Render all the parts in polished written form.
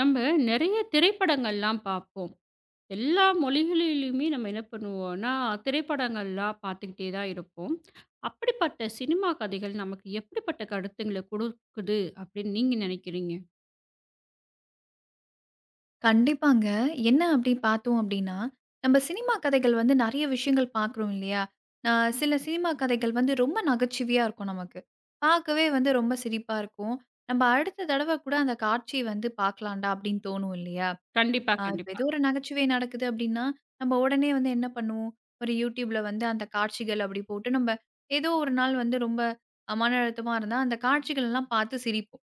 நம்ம நிறைய திரைப்படங்கள்லாம் பார்ப்போம். எல்லா மொழிகளிலுமே நம்ம என்ன பண்ணுவோம்னா, திரைப்படங்கள்லாம் பார்த்துக்கிட்டே தான் இருப்போம். அப்படிப்பட்ட சினிமா கதைகள் நமக்கு எப்படிப்பட்ட கருத்துங்கள குடுக்குது அப்படின்னு நீங்க நினைக்கிறீங்க? கண்டிப்பாங்க. என்ன அப்படி பார்த்தோம் அப்படின்னா, நம்ம சினிமா கதைகள் வந்து நெறைய விஷயங்கள் பார்க்குறோம் இல்லையா? அ சில சினிமா கதைகள் வந்து ரொம்ப நகைச்சுவையா இருக்கும் நமக்கு. பார்க்கவே வந்து ரொம்ப சிரிப்பா இருக்கும். நம்ம அடுத்த தடவ கூட அந்த காட்சி வந்து பார்க்கலாம்டா அப்படின்னு தோணும் இல்லையா? கண்டிப்பா, இப்ப கண்டிப்பா. ஏதோ ஒரு நகைச்சுவை நடக்குது அப்படின்னா, நம்ம உடனே வந்து என்ன பண்ணுவோம்? ஒரு YouTubeல வந்து அந்த காட்சிகள் அப்படி போட்டு நம்ம ஏதோ ஒரு நாள் வந்து ரொம்ப மன அழுத்தமா இருந்தா, அந்த காட்சிகள் எல்லாம் பார்த்து சிரிப்போம்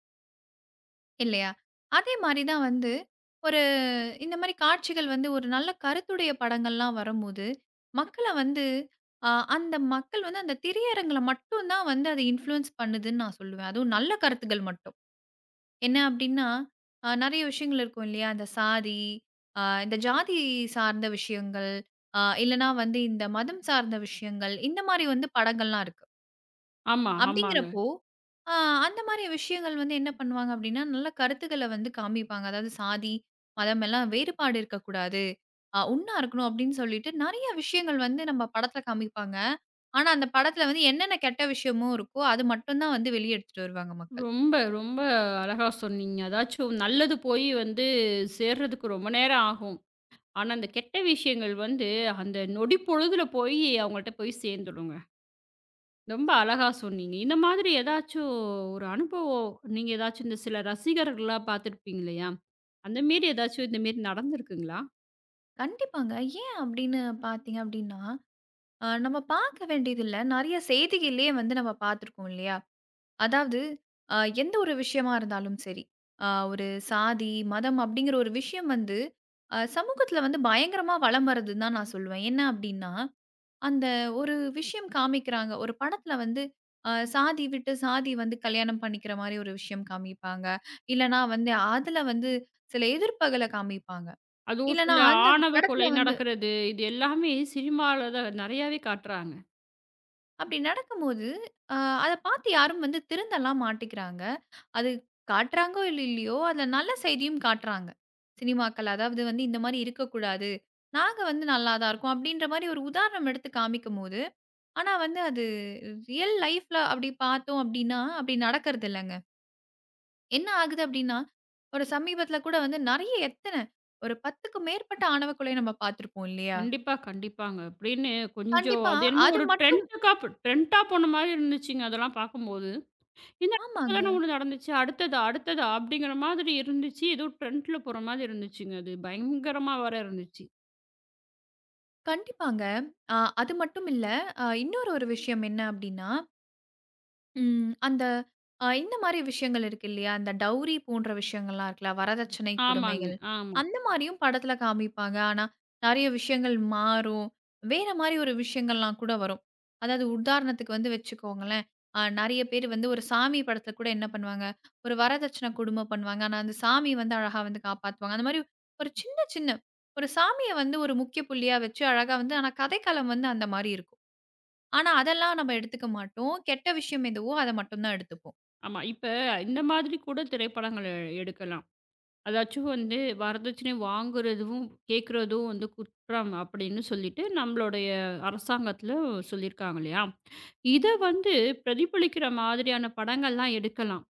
இல்லையா? அதே மாரி தான் வந்து ஒரு இந்த மாரி காட்சிகள் வந்து ஒரு நல்ல கருத்துடைய படங்கள்லாம் வரும்போது, மக்கள வந்து அ அந்த மக்கள் வந்து அந்த திரையரங்குல மட்டும் தான் வந்து அது இன்ஃப்ளூயன்ஸ் பண்ணுதுன்னு நான் சொல்லுவேன். அதுவும் நல்ல கருத்துக்கள் மட்டும். என்ன அப்டின்னா, நெறைய விஷயங்கள் இருக்கும் இல்லையா? அந்த சாதி, இந்த ஜாதி சார்ந்த விஷயங்கள், இல்லன்னா வந்து இந்த மதம் சார்ந்த விஷயங்கள், இந்த மாரி வந்து படங்கள்லாம் இருக்கு. ஆமா, ஆமாங்க. அப்டிங்கிறப்போ ஆ அந்த மாரி விஷயங்கள் வந்து என்ன பண்ணுவாங்க அப்டின்னா, நல்ல கருத்துக்கள வந்து காமிப்பாங்க. அதாவது சாதி, மதம் எல்லாம் வேறுபாடு இருக்கக்கூடாது. ஒண்ணா இருக்கணும் அப்டின்னு சொல்லிட்டு நெறைய விஷயங்கள் வந்து நம்ம படத்துல காமிப்பாங்க. ஆனா, அந்த படத்துல வந்து என்னென்ன கெட்ட விஷயமும் இருக்கோ, அது மட்டும் தான் வந்து வெளிய எடுத்துட்டு வருவாங்க மக்கள். ரொம்ப, ரொம்ப அழகா சொன்னீங்க. அதாச்சும் நல்லது போய் வந்து சேர்றதுக்கு ரொம்ப நேரம் ஆகும். ஆனா, அந்த கெட்ட விஷயங்கள் வந்து அந்த நொடி பொழுதுல போய் அவங்கள்ட்ட போய் சேர்ந்துடுங்க. ரொம்ப அழகா சொன்னீங்க. இந்த மாதிரி ஏதாச்சும் ஒரு அனுபவம் நீங்க ஏதாச்சும் இந்த சில ரசிகர்கள்லாம் பார்த்துருப்பீங்க இல்லையா? அந்த மாரி ஏதாச்சும் இந்த மாரி நடந்திருக்குங்களா? கண்டிப்பாங்க. ஏன் அப்டின்னு பார்த்தீங்க அப்டின்னா, நம்ம பார்க்க வேண்டியதில்ல. நெறைய செய்திகள்லயே வந்து நம்ம பார்த்துருக்கோம் இல்லையா? அதாவது எந்த ஒரு விஷயமா இருந்தாலும் சரி, ஒரு சாதி, மதம் அப்படிங்கிற ஒரு விஷயம் வந்து சமூகத்தில வந்து பயங்கரமா வலம் வருதுன்னு தான் நான் சொல்லுவேன். என்ன அப்படின்னா, அந்த ஒரு விஷயம் காமிக்கிறாங்க. ஒரு படத்தில வந்து சாதி விட்டு சாதி வந்து கல்யாணம் பண்ணிக்கிற மாரி ஒரு விஷயம் காமிப்பாங்க. இல்லன்னா வந்து அதில வந்து சில எதிர்ப்புகள காமிப்பாங்க. அதுவும் இல்லன்னா சில அந்த ஆணவ படத்தில கொலை வந்து நடக்கிறது, இது எல்லாமே சினிமால தான் நெறையாவே காட்டுறாங்க. அப்படி நடக்கும்போது, அ அத பார்த்து யாரும் வந்து திருந்தலாம் மாட்டிக்கிறாங்க. அது காட்டுறாங்கோ இல்ல இல்லையோ, அதுல நல்ல செய்தியும் காட்டுறாங்க. சினிமாக்கள் அதாவது வந்து இந்த மாரி இருக்கக்கூடாது. நாங்க வந்து நல்லா தான் இருக்கோம். அப்படின்ற மாரி ஒரு உதாரணம் எடுத்து காமிக்கும்போது, ஆனா வந்து அது ரியல் லைஃப்ல அப்படி பார்த்தோம் அப்படின்னா, அப்படி நடக்கிறது இல்லங்க. என்ன ஆகுது அப்படின்னா, ஒரு சமீபத்தில கூட வந்து நெறைய ஒரு 10க்கு மேற்பட்ட ஆணவ கொலை நம்ம பார்த்துருப்போம் இல்லையா? கண்டிப்பா, கண்டிப்பாங்க. அப்படின்னு கொஞ்சம் கண்டிப்பா. அது என்னமோ அது ஒரு மட்டும் ட்ரெண்டுக்கா ட்ரெண்டா போன மாரி இருந்துச்சுங்க அதெல்லாம் பார்க்கும்போது. என்ன இப்ப ஆமாங்க. தானே ஒண்ணு நடந்துச்சு, அடுத்ததா, அடுத்ததா அப்படிங்கிற மாதிரி இருந்துச்சு. ஏதோ ட்ரெண்ட்ல போற மாதிரி இருந்துச்சுங்க. அது பயங்கரமா வேற இருந்துச்சு. கண்டிப்பாங்க. அ அது மட்டும் இல்ல. இன்னொரு ஒரு விஷயம் என்ன அப்படின்னா அந்த அ இந்த மாரி விஷயங்கள் இருக்கு இல்லையா? அந்த டவுரி போன்ற விஷயங்கள்லாம் இருக்குல்ல. வரதட்சணை ஆமாங்க, கொடுமைகள். ஆமா. அந்த மாரியும் படத்துல காமிப்பாங்க. ஆனா, நெறைய விஷயங்கள் மாறும். வேற மாரி ஒரு விஷயங்கள்லாம் கூட வரும். அதாவது உதாரணத்துக்கு வந்து வச்சுக்கோங்களேன். நெறைய பேர் வந்து ஒரு சாமி படத்துல கூட என்ன பண்ணுவாங்க, ஒரு வரதட்சணை கொடுமை பண்ணுவாங்க. ஆனா, அந்த சாமி வந்து அழகா வந்து காப்பாத்துவாங்க. அந்த மாரி ஒரு சின்ன சின்ன ஒரு சாமிய வந்து ஒரு முக்கிய புள்ளியா வச்சு அழகா வந்து ஆனா கதைக்களம் வந்து அந்த மாரி இருக்கும். ஆனா, அதெல்லாம் நம்ம எடுத்துக்க மாட்டோம். கெட்ட விஷயம் எதுவோ அத மட்டும் தான் எடுத்துப்போம். ஆமா. இப்ப இந்த மாதிரி கூட திரைப்படங்கள் எடுக்கலாம். அதாச்சும் வந்து வரதட்சணை வாங்குறதும், கேட்கிறதும் வந்து குற்றம் அப்படின்னு சொல்லிட்டு நம்மளுடைய அரசாங்கத்தில சொல்லியிருக்காங்க இல்லையா? இத வந்து பிரதிபலிக்கிற மாதிரியான படங்கள்லாம் எடுக்கலாம்.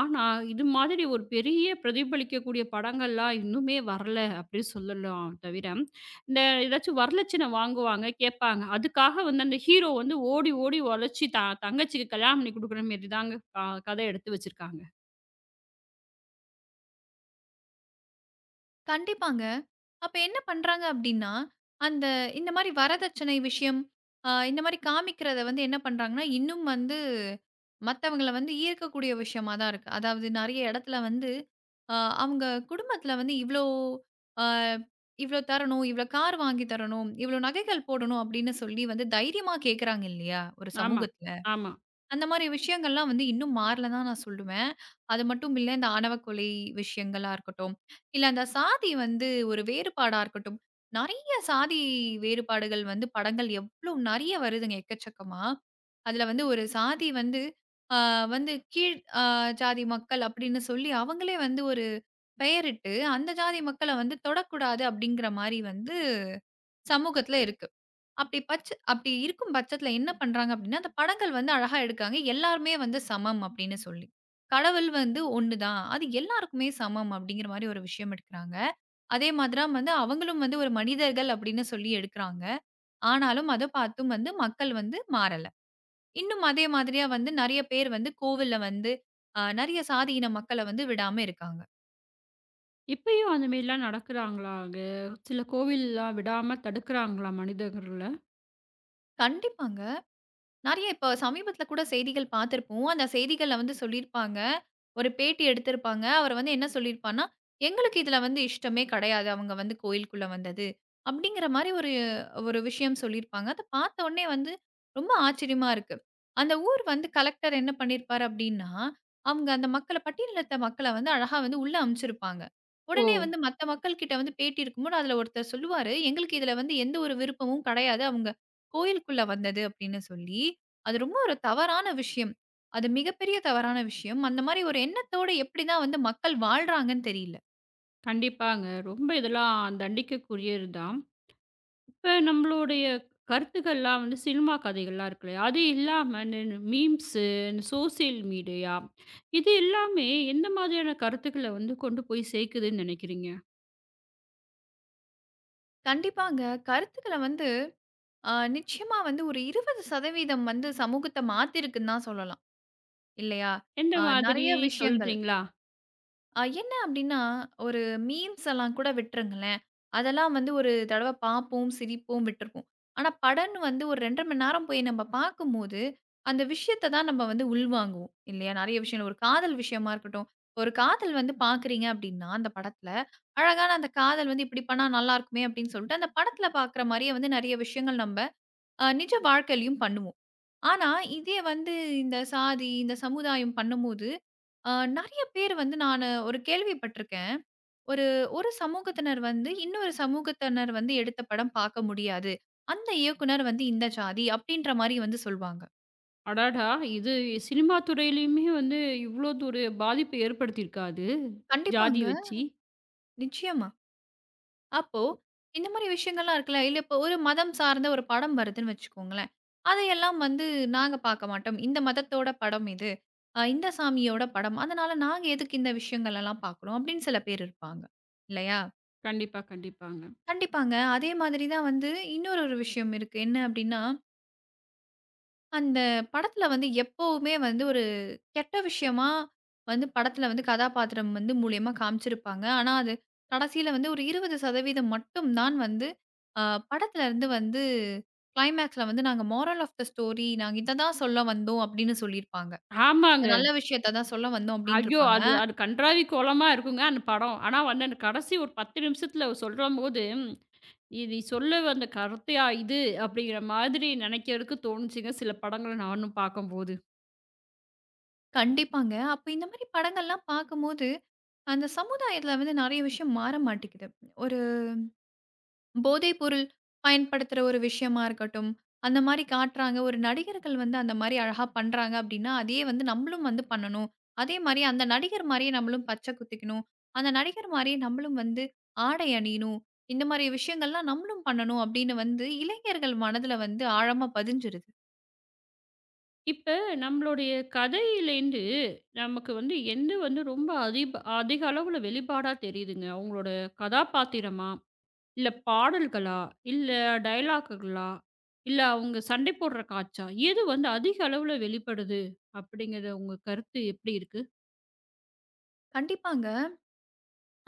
ஆனா, இது மாதிரி ஒரு பெரிய பிரதிபலிக்கக்கூடிய படங்கள்லாம் இன்னுமே வரல அப்படின்னு சொல்லலாம் தவிர, இந்த ஏதாச்சும் வரலட்சணை வாங்குவாங்க, கேட்பாங்க. அதுக்காக வந்து அந்த ஹீரோ வந்து ஓடி ஓடி உழைச்சு தங்கச்சிக்கு கல்யாணம் பண்ணி குடுக்குற மாரி தாங்க கத எடுத்து வச்சிருக்காங்க. கண்டிப்பாங்க. அப்ப என்ன பண்றாங்க அப்டின்னா, அந்த இந்த மாரி வரதட்சணை விஷயம், இந்த மாரி காமிக்கிறத வந்து என்ன பண்றாங்கன்னா, இன்னும் வந்து மத்தவங்கள வந்து ஈர்க்கக்கூடிய விஷயமா தான் இருக்கு. அதாவது நெறைய இடத்துல வந்து, அ அவங்க குடும்பத்துல வந்து அ இவ்ளோ தரணும், இவ்ளோ கார் வாங்கி தரணும், இவ்ளோ நகைகள் போடணும் அப்டின்னு சொல்லி வந்து தைரியமா கேட்கறாங்க இல்லையா? ஒரு ஆமா, சமூகத்துல. ஆமா. அந்த மாரி விஷயங்கள்லாம் வந்து இன்னும் மாறல தான் நான் சொல்லுவேன். அது மட்டும் இல்ல, இந்த ஆணவ கொலை விஷயங்களா இருக்கட்டும், இல்ல அந்த சாதி வந்து ஒரு வேறுபாடா இருக்கட்டும். நெறைய சாதி வேறுபாடுகள் வந்து படங்கள் எவ்ளோ நெறைய வருதுங்க எக்கச்சக்கமா. அதுல வந்து ஒரு சாதி வந்து ஆ வந்து கீழ் ஜாதி மக்கள் அப்படின்னு சொல்லி அவங்களே வந்து ஒரு பெயரிட்டு, அந்த ஜாதி மக்கள வந்து தொடக்கூடாது அப்படிங்கிற மாரி வந்து சமூகத்துல இருக்கு. அப்படி இருக்கும் பட்சத்தில என்ன பண்றாங்க அப்படின்னா, அந்த படங்கள் வந்து அழகா எடுக்காங்க. எல்லாருமே வந்து சமம் அப்படின்னு சொல்லி. கடவுள் வந்து ஒண்ணு தான். அது எல்லாருக்குமே சமம் அப்படிங்கிற மாரி ஒரு விஷயம் எடுக்குறாங்க. அதே மாதிரியா வந்து அவங்களும் வந்து ஒரு மனிதர்கள் அப்படின்னு சொல்லி எடுக்குறாங்க. ஆனாலும் அத பார்த்தும் வந்து மக்கள் வந்து மாறல. இன்னும் அதே மாதிரியா வந்து நெறைய பேர் வந்து கோவில்ல வந்து நெறைய சாதியின மக்கள வந்து விடாம இருக்காங்க. இப்பயும் அந்த மாரிலாம் நடக்குறாங்களா? அங்க சில கோவில்லாம் விடாம தடுக்குறாங்களா மனிதர்கள? கண்டிப்பாங்க. நெறைய இப்ப சமீபத்தில கூட செய்திகள் பார்த்திருப்போம். அந்த செய்திகள்ல வந்து சொல்லியிருப்பாங்க. ஒரு பேட்டி எடுத்திருப்பாங்க. அவரு வந்து என்ன சொல்லியிருப்பார்ன்னா, "எங்களுக்கு இதுல வந்து இஷ்டமே கிடையாது. அவங்க வந்து கோயிலுக்குள்ள வந்தது." அப்படிங்கிற மாரி ஒரு ஒரு விஷயம் சொல்லியிருப்பாங்க. அத பார்த்த உடனே வந்து ரொம்ப ஆச்சரியமா இருக்கு. அந்த ஊர் வந்து கலெக்டர் என்ன பண்ணியிருப்பாரு அப்படின்னா, அவங்க அந்த மக்கள பட்டியலினத்த மக்கள வந்து அழகா வந்து உள்ள அனுப்பிச்சிருப்பாங்க. ஓ! உடனே வந்து மத்த மக்கள் கிட்ட வந்து பேட்டி இருக்கும்போது அதுல ஒருத்தர் சொல்லுவாரு, "எங்களுக்கு இதுல வந்து எந்த ஒரு விருப்பமும் கிடையாது. அவங்க கோயிலுக்குள்ள வந்தது" அப்படின்னு சொல்லி. அது ரொம்ப ஒரு தவறான விஷயம். அது மிகப்பெரிய தவறான விஷயம். அந்த மாரி ஒரு எண்ணத்தோட எப்படி தான் வந்து மக்கள் வாழ்றாங்கன்னு தெரியல. கண்டிப்பாங்க. ரொம்ப இதெல்லாம் தண்டிக்கக்கூடியது தான். இப்ப நம்மளுடைய கருத்துக்கள்லாம் வந்து சினிமா கதைகள்லாம் இருக்கு இல்லையா? அது இல்லாம இந்த மீம்ஸு, இந்த சோசியல் மீடியா இது எல்லாமே எந்த மாதிரியான கருத்துக்கள வந்து கொண்டு போய் சேர்க்குதுன்னு நினைக்கிறீங்க? கண்டிப்பாங்க. கருத்துக்கள வந்து நிச்சயமா வந்து ஒரு 20% வந்து சமூகத்த மாத்திருக்குன்னு தான் சொல்லலாம். இல்லையா? எந்த மாதிரி நெறைய விஷயங்கள். சொல்றீங்களா? என்ன அப்டின்னா, ஒரு மீம்ஸ் எல்லாம் கூட விட்டுருங்களேன். அதெல்லாம் வந்து ஒரு தடவ பார்ப்போம், சிரிப்போம், விட்டுருப்போம். ஆனா, படம்னு வந்து ஒரு 2 1/2 மணி நேரம் போய் நம்ம பார்க்கும்போது, அந்த விஷயத்த தான் நம்ம வந்து உள்வாங்குவோம். இல்லையா? நெறைய விஷயங்கள் ஒரு காதல் விஷயமா இருக்கட்டும். ஒரு காதல் வந்து பார்க்குறீங்க அப்டின்னா, அந்த படத்துல அழகான அந்த காதல் வந்து இப்டி பண்ணா நல்லாருக்குமே அப்டின்னு சொல்லிட்டு, அந்த படத்துல பார்க்குற மாரியே வந்து நெறைய விஷயங்கள் நம்ப நிஜ வாழ்க்கையிலயும் பண்ணுவோம். ஆனா, இதே வந்து இந்த சாதி, இந்த சமுதாயம் பண்ணும்போது ஆ நெறைய பேர் வந்து நானு ஒரு கேள்விப்பட்டிருக்கேன். ஒரு ஒரு சமூகத்தினர் வந்து, இன்னொரு சமூகத்தினர் வந்து எடுத்த படம் பார்க்க முடியாது. அந்த இயக்குனர் வந்து இந்த ஜாதி அப்டின்ற மாரி வந்து சொல்வாங்க. அடடா! இது சினிமா துறையிலயுமே வந்து இவ்ளோ ஒரு பாதிப்பு ஏற்படுத்தியிருக்கா அது? ஜாதி கண்டிப்பாங்க. வச்சு. நிச்சயமா. அப்போ இந்த மாரி விஷயங்கள்லாம் இருக்குல்ல. இல்ல இப்போ ஒரு மதம் சார்ந்த ஒரு படம் வருதுன்னு வச்சுக்கோங்களேன். அதையெல்லாம் வந்து நாங்க பார்க்க மாட்டோம். இந்த மதத்தோட படம் இது. இந்த சாமியோட படம். அதனால நாங்க எதுக்கு இந்த விஷயங்கள் எல்லாம் பார்க்கணும்? அப்டின்னு சில பேர் இருப்பாங்க. இல்லையா? கண்டிப்பா, கண்டிப்பாங்க. கண்டிப்பாங்க. அதே மாதிரி தான் வந்து இன்னொரு ஒரு விஷயம் இருக்கு. என்ன அப்டின்னா, அந்த படத்துல வந்து எப்பவுமே வந்து ஒரு கெட்ட விஷயமா வந்து படத்துல வந்து கதாபாத்திரம் வந்து மூலியமா காமிச்சிருப்பாங்க. ஆனா, அது கடைசியில வந்து ஒரு 20% மட்டும் தான் வந்து அ படத்துலருந்து வந்து கிளைமேக்ஸ்ல வந்து நாங்க மோரல் ஆஃப் த ஸ்டோரி நாங்க இத தான் சொல்ல வந்தோம் அப்டின்னு சொல்லியிருப்பாங்க. இந்த ஆமாங்க. நல்ல விஷயத்த தான் சொல்ல வந்தோம் ஐயோ! அப்டின்ருப்பாங்க. அது அது கண்றாவி கோலமா இருக்குங்க அந்த படம். ஆனா வந்து அந்த கடைசி ஒரு 10 நிமிஷத்துல சொல்லும்போது இது சொல்ல வந்த கருத்தையா இது? அப்படிங்கிற மாதிரி நெனைக்கிறதுக்கு தோணுச்சுங்க சில படங்கள நானும் பார்க்கும்போது. கண்டிப்பாங்க. அப்ப இந்த மாரி படங்கள்லாம் பார்க்கும்போது, அந்த சமுதாயத்துல வந்து நெறைய விஷயம் மாற மாட்டேங்குது. ஒரு போதைப்பொருள் பயன்படுத்துற ஒரு விஷயமா இருக்கட்டும், அந்த மாரி காட்டுறாங்க. ஒரு நடிகர்கள் வந்து அந்த மாரி அழகா பண்றாங்க அப்டின்னா, அதையே வந்து நம்மளும் வந்து பண்ணணும். அதே மாரி அந்த நடிகர் மாரியே நம்மளும் பச்சை குத்திக்கணும். அந்த நடிகர் மாரியே நம்மளும் வந்து ஆடை அணியணும். இந்த மாரி விஷயங்கள்லாம் நம்மளும் பண்ணணும் அப்டின்னு வந்து இளைஞர்கள் மனதுல வந்து ஆழமா பதிஞ்சிருது. இப்ப நம்மளுடைய கதையிலேருந்து நமக்கு வந்து எந்த வந்து ரொம்ப அதிக அளவுல வெளிப்பாடா தெரியுதுங்க? அவங்களோட கதாபாத்திரமா? இல்ல பாடல்களா? இல்ல டயலாக்குகளா? இல்ல அவங்க சண்டை போடுற காட்சா? எது வந்து அதிக அளவுல வெளிப்படுது? அப்படிங்கிறது உங்க கருத்து எப்படி இருக்கு? கண்டிப்பாங்க.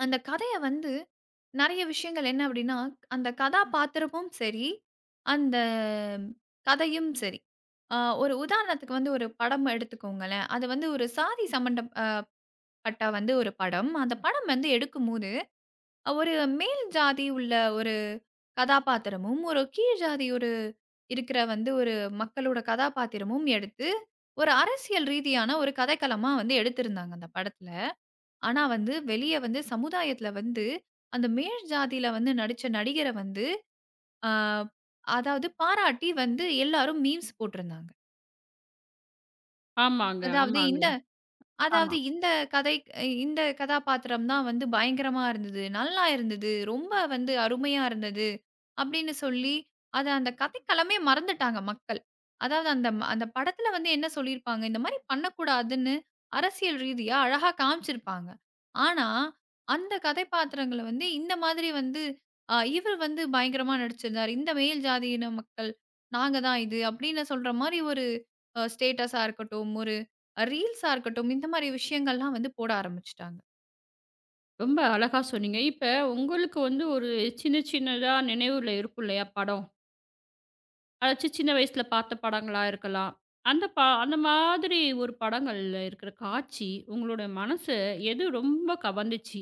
அந்த கதைய வந்து நெறைய விஷயங்கள் என்ன அப்டின்னா, அந்த கதாபாத்திரமும் சரி, அந்த கதையும் சரி. அ ஒரு உதாரணத்துக்கு வந்து ஒரு படம் எடுத்துக்கோங்களேன். அது வந்து ஒரு சாதி சம்மந்தம் பட்ட வந்து ஒரு படம். அந்த படம் வந்து எடுக்கும்போது, ஒரு மேல் ஜாதி உள்ள ஒரு கதாபாத்திரமும், ஒரு கீழ் ஜாதி ஒரு இருக்கிற வந்து ஒரு மக்களோட கதாபாத்திரமும் எடுத்து, ஒரு அரசியல் ரீதியான ஒரு கதைக்களமா வந்து எடுத்திருந்தாங்க அந்த படத்துல. ஆனா வந்து வெளிய வந்து சமுதாயத்துல வந்து, அந்த மேல் ஜாதியில வந்து நடிச்ச நடிகர வந்து ஆ அதாவது பாராட்டி வந்து எல்லாரும் மீம்ஸ் போட்டிருந்தாங்க. ஆமாங்க, அதாவது இந்த ஆமாங்க. ஆமா. அதாவது இந்த கதை இந்த கதாபாத்திரம் தான் வந்து பயங்கரமா இருந்தது. நல்லா இருந்தது. ரொம்ப வந்து அருமையா இருந்தது. அப்படின்னு சொல்லி, அத அந்த கதைக்களமே மறந்துட்டாங்க மக்கள். அதாவது அந்த ம- அந்த படத்துல வந்து என்ன சொல்லியிருப்பாங்க, இந்த மாரி பண்ணக்கூடாதுன்னு அரசியல் ரீதியா அழகா காமிச்சிருப்பாங்க. ஆனா, அந்த கதைப்பாத்திரங்கள வந்து இந்த மாதிரி வந்து இவர் வந்து பயங்கரமா நடிச்சிருந்தாரு. இந்த மேல் ஜாதியின மக்கள் நாங்க தான் இது அப்படின்னு சொல்ற மாரி ஒரு ஸ்டேட்டஸா இருக்கட்டும், ரீல்ஸா இருக்கட்டும், இந்த மாரி விஷயங்கள்லாம் வந்து போட ஆரம்பிச்சுட்டாங்க. ரொம்ப அழகா சொன்னீங்க. இப்ப உங்களுக்கு வந்து ஒரு சின்ன சின்னதா நினைவுல இருக்கும் இல்லையா படம்? அதாச்சும் சின்ன வயசுல பார்த்த படங்களா இருக்கலாம். அந்த அந்த மாதிரி ஒரு படங்கள்ல இருக்கிற காட்சி, உங்களோட மனச எது ரொம்ப கவர்ந்துச்சு?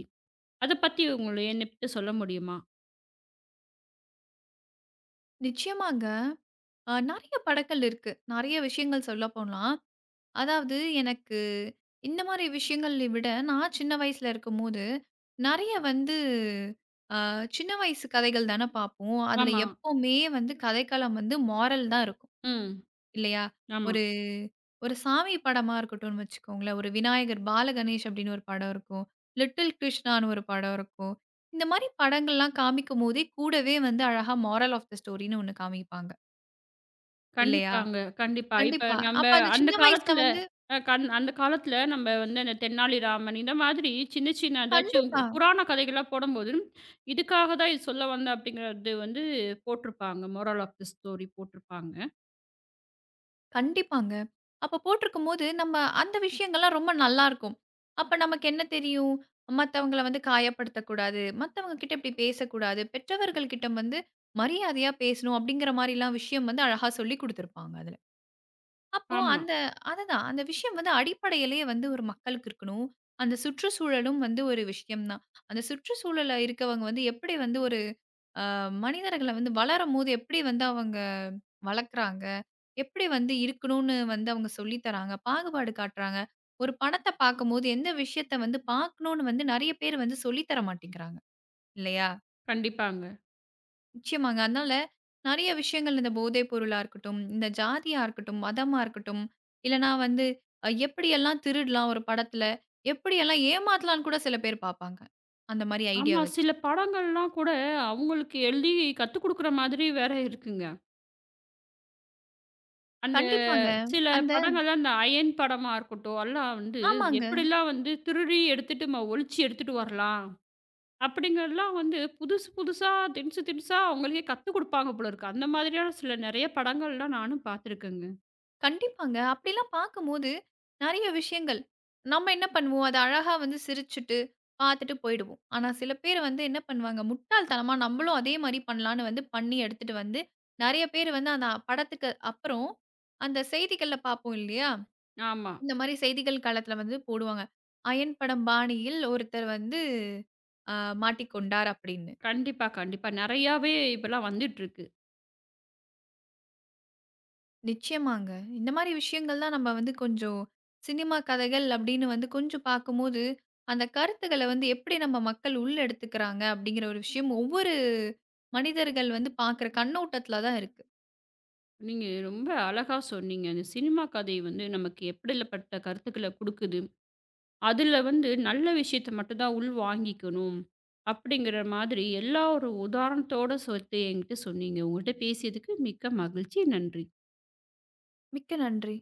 அத பத்தி உங்கள என்கிட்ட சொல்ல முடியுமா? நிச்சயமாங்க. நெறைய படங்கள் இருக்கு. நெறைய விஷயங்கள் சொல்லப்போனா, அதாவது எனக்கு இந்த மாரி விஷயங்கள விட, நான் சின்ன வயசுல இருக்கும்போது, நெறைய வந்து சின்ன வயசு கதைகள் தானே பார்ப்போம். அதுல ஆமா. எப்பவுமே வந்து கதைக்களம் வந்து மோரல் தான் இருக்கும். ம். இல்லையா? ஆமா. ஒரு ஒரு சாமி படமா இருக்கட்டும்னு வச்சுக்கோங்களேன். ஒரு விநாயகர் பாலகணேஷ் அப்படின்னு ஒரு படம் இருக்கும். லிட்டில் கிருஷ்ணான்னு ஒரு படம் இருக்கும். இந்த மாரி படங்கள்லாம் காமிக்கும்போதே, கூடவே வந்து அழகா மோரல் ஆஃப் த ஸ்டோரின்னு ஒண்ணு காமிப்பாங்க. இல்லையா? கண்டிப்பாங்க. கண்டிப்பா. இப்ப கண்டிப்பா. நம்ப அப்ப அந்த அந்த சின்ன வயசுல காலத்துல வந்து அந்த காலத்துல நம்ப வந்து அந்த தென்னாலிராமன் இந்த மாதிரி சின்ன சின்ன ஏதாச்சும் கண்டிப்பா. புராண கதைகளா போடும்போது, இதுக்காக தான் இது சொல்ல வந்தேன் அப்படிங்கிறது வந்து போட்டிருப்பாங்க. மோரல் ஆஃப் தி ஸ்டோரி போட்டிருப்பாங்க. கண்டிப்பாங்க. அப்ப போட்டிருக்கும்போது, நம்ம அந்த விஷயங்கள்லாம் ரொம்ப நல்லாருக்கும். அப்ப நமக்கு என்ன தெரியும்? மத்தவங்கள வந்து காயப்படுத்தக்கூடாது. மத்தவங்க கிட்ட இப்டி பேசக்கூடாது. பெற்றவர்கள் கிட்ட வந்து மரியாதையா பேசணும் அப்டிங்கிற மாரிலாம் விஷயம் வந்து அழகா சொல்லிக் குடுத்திருப்பாங்க அதுல. அப்போ ஆமா. அந்த அதுதான் அந்த விஷயம் வந்து அடிப்படையிலேயே வந்து ஒரு மக்களுக்கு இருக்கணும். அந்த சுற்றுச்சூழலும் வந்து ஒரு விஷயம் தான். அந்த சுற்றுச்சூழல்ல இருக்கவங்க வந்து எப்படி வந்து ஒரு அ மனிதர்கள வந்து வளரும்போது எப்படி வந்து அவங்க வளர்க்குறாங்க? எப்படி வந்து இருக்கணும்னு வந்து அவங்க சொல்லி தராங்க? பாகுபாடு காட்டுறாங்க. ஒரு படத்த பார்க்கும்போது எந்த விஷயத்த வந்து பார்க்கணும்னு வந்து நெறைய பேர் வந்து சொல்லி தர மாட்டேங்கிறாங்க. இல்லையா? கண்டிப்பாங்க. நிச்சயமாங்க. அதனால நெறைய விஷயங்கள் இந்த போதைப் பொருளா இருக்கட்டும், இந்த ஜாதியா இருக்கட்டும், மதமா இருக்கட்டும், இல்லனா வந்து எப்படியெல்லாம் திருடலாம் ஒரு படத்துல? எப்படியெல்லாம் ஏமாத்தலாம்ன்னு கூட சில பேர் பார்ப்பாங்க. அந்த மாரி ஐடியா ஆமா. வச்சு. சில படங்கள்லாம் கூட அவங்களுக்கு எழுதி கத்துக் குடுக்குற மாதிரி வேற இருக்குங்க. அந்த கண்டிப்பாங்க. சில அந்த படங்கள்லாம் அந்த அயன் படமா இருக்கட்டும், எல்லாம் வந்து ஆமாங்க. எப்படிலாம் வந்து திருடி எடுத்துட்டு ஒளிச்சு எடுத்துட்டு வரலாம். அப்படிங்கிறதெல்லாம் வந்து புதுசு புதுசா, திணிச்சு திணிச்சா அவங்களுக்கே கத்துக் குடுப்பாங்க போல இருக்கு. அந்த மாதிரியான சில நெறைய படங்கள்லாம் நானும் பார்த்துருக்கேங்க. கண்டிப்பாங்க. அப்படிலாம் பார்க்கும்போது நெறைய விஷயங்கள். நம்ம என்ன பண்ணுவோம், அத அழகா வந்து சிரிச்சுட்டு, பார்த்துட்டு போயிடுவோம். ஆனா சில பேர் வந்து என்ன பண்ணுவாங்க, முட்டாள்தனமா நம்மளும் அதே மாரி பண்ணலான்னு வந்து பண்ணி எடுத்துட்டு வந்து, நெறைய பேர் வந்து அந்த படத்துக்கு அப்புறம், அந்த செய்திகள்ல பார்ப்போம் இல்லையா? ஆமா. இந்த மாரி செய்திகள் காலத்தில வந்து போடுவாங்க. "அயன் படம் பாணியில் ஒருத்தர் வந்து அ மாட்டிக்கொண்டார்" அப்படின்னு. கண்டிப்பா, கண்டிப்பா. நெறையாவே இப்பலாம் வந்துட்டுருக்கு. நிச்சயமாங்க. இந்த மாரி விஷயங்கள்லாம் நம்ம வந்து கொஞ்சம் சினிமா கதைகள் அப்படின்னு வந்து கொஞ்சம் பார்க்கும்போது, அந்த கருத்துக்கள வந்து எப்படி நம்ம மக்கள் உள்ள எடுத்துக்கிறாங்க அப்படிங்கிற ஒரு விஷயம் ஒவ்வொரு மனிதர்கள் வந்து பார்க்குற கண்ணோட்டத்துல தான் இருக்கு. நீங்க ரொம்ப அழகா சொன்னீங்க. அந்த சினிமா கதை வந்து நமக்கு எப்படிலப்பட்ட கருத்துக்கள குடுக்குது, அதுல வந்து நல்ல விஷயத்த மட்டும் தான் உள்வாங்கிக்கணும், அப்படிங்கிற மாதிரி எல்லா ஒரு உதாரணத்தோட சேர்த்து என்கிட்ட சொன்னீங்க. உங்கள்ட்ட பேசியதுக்கு மிக்க மகிழ்ச்சி. நன்றி. மிக்க நன்றி.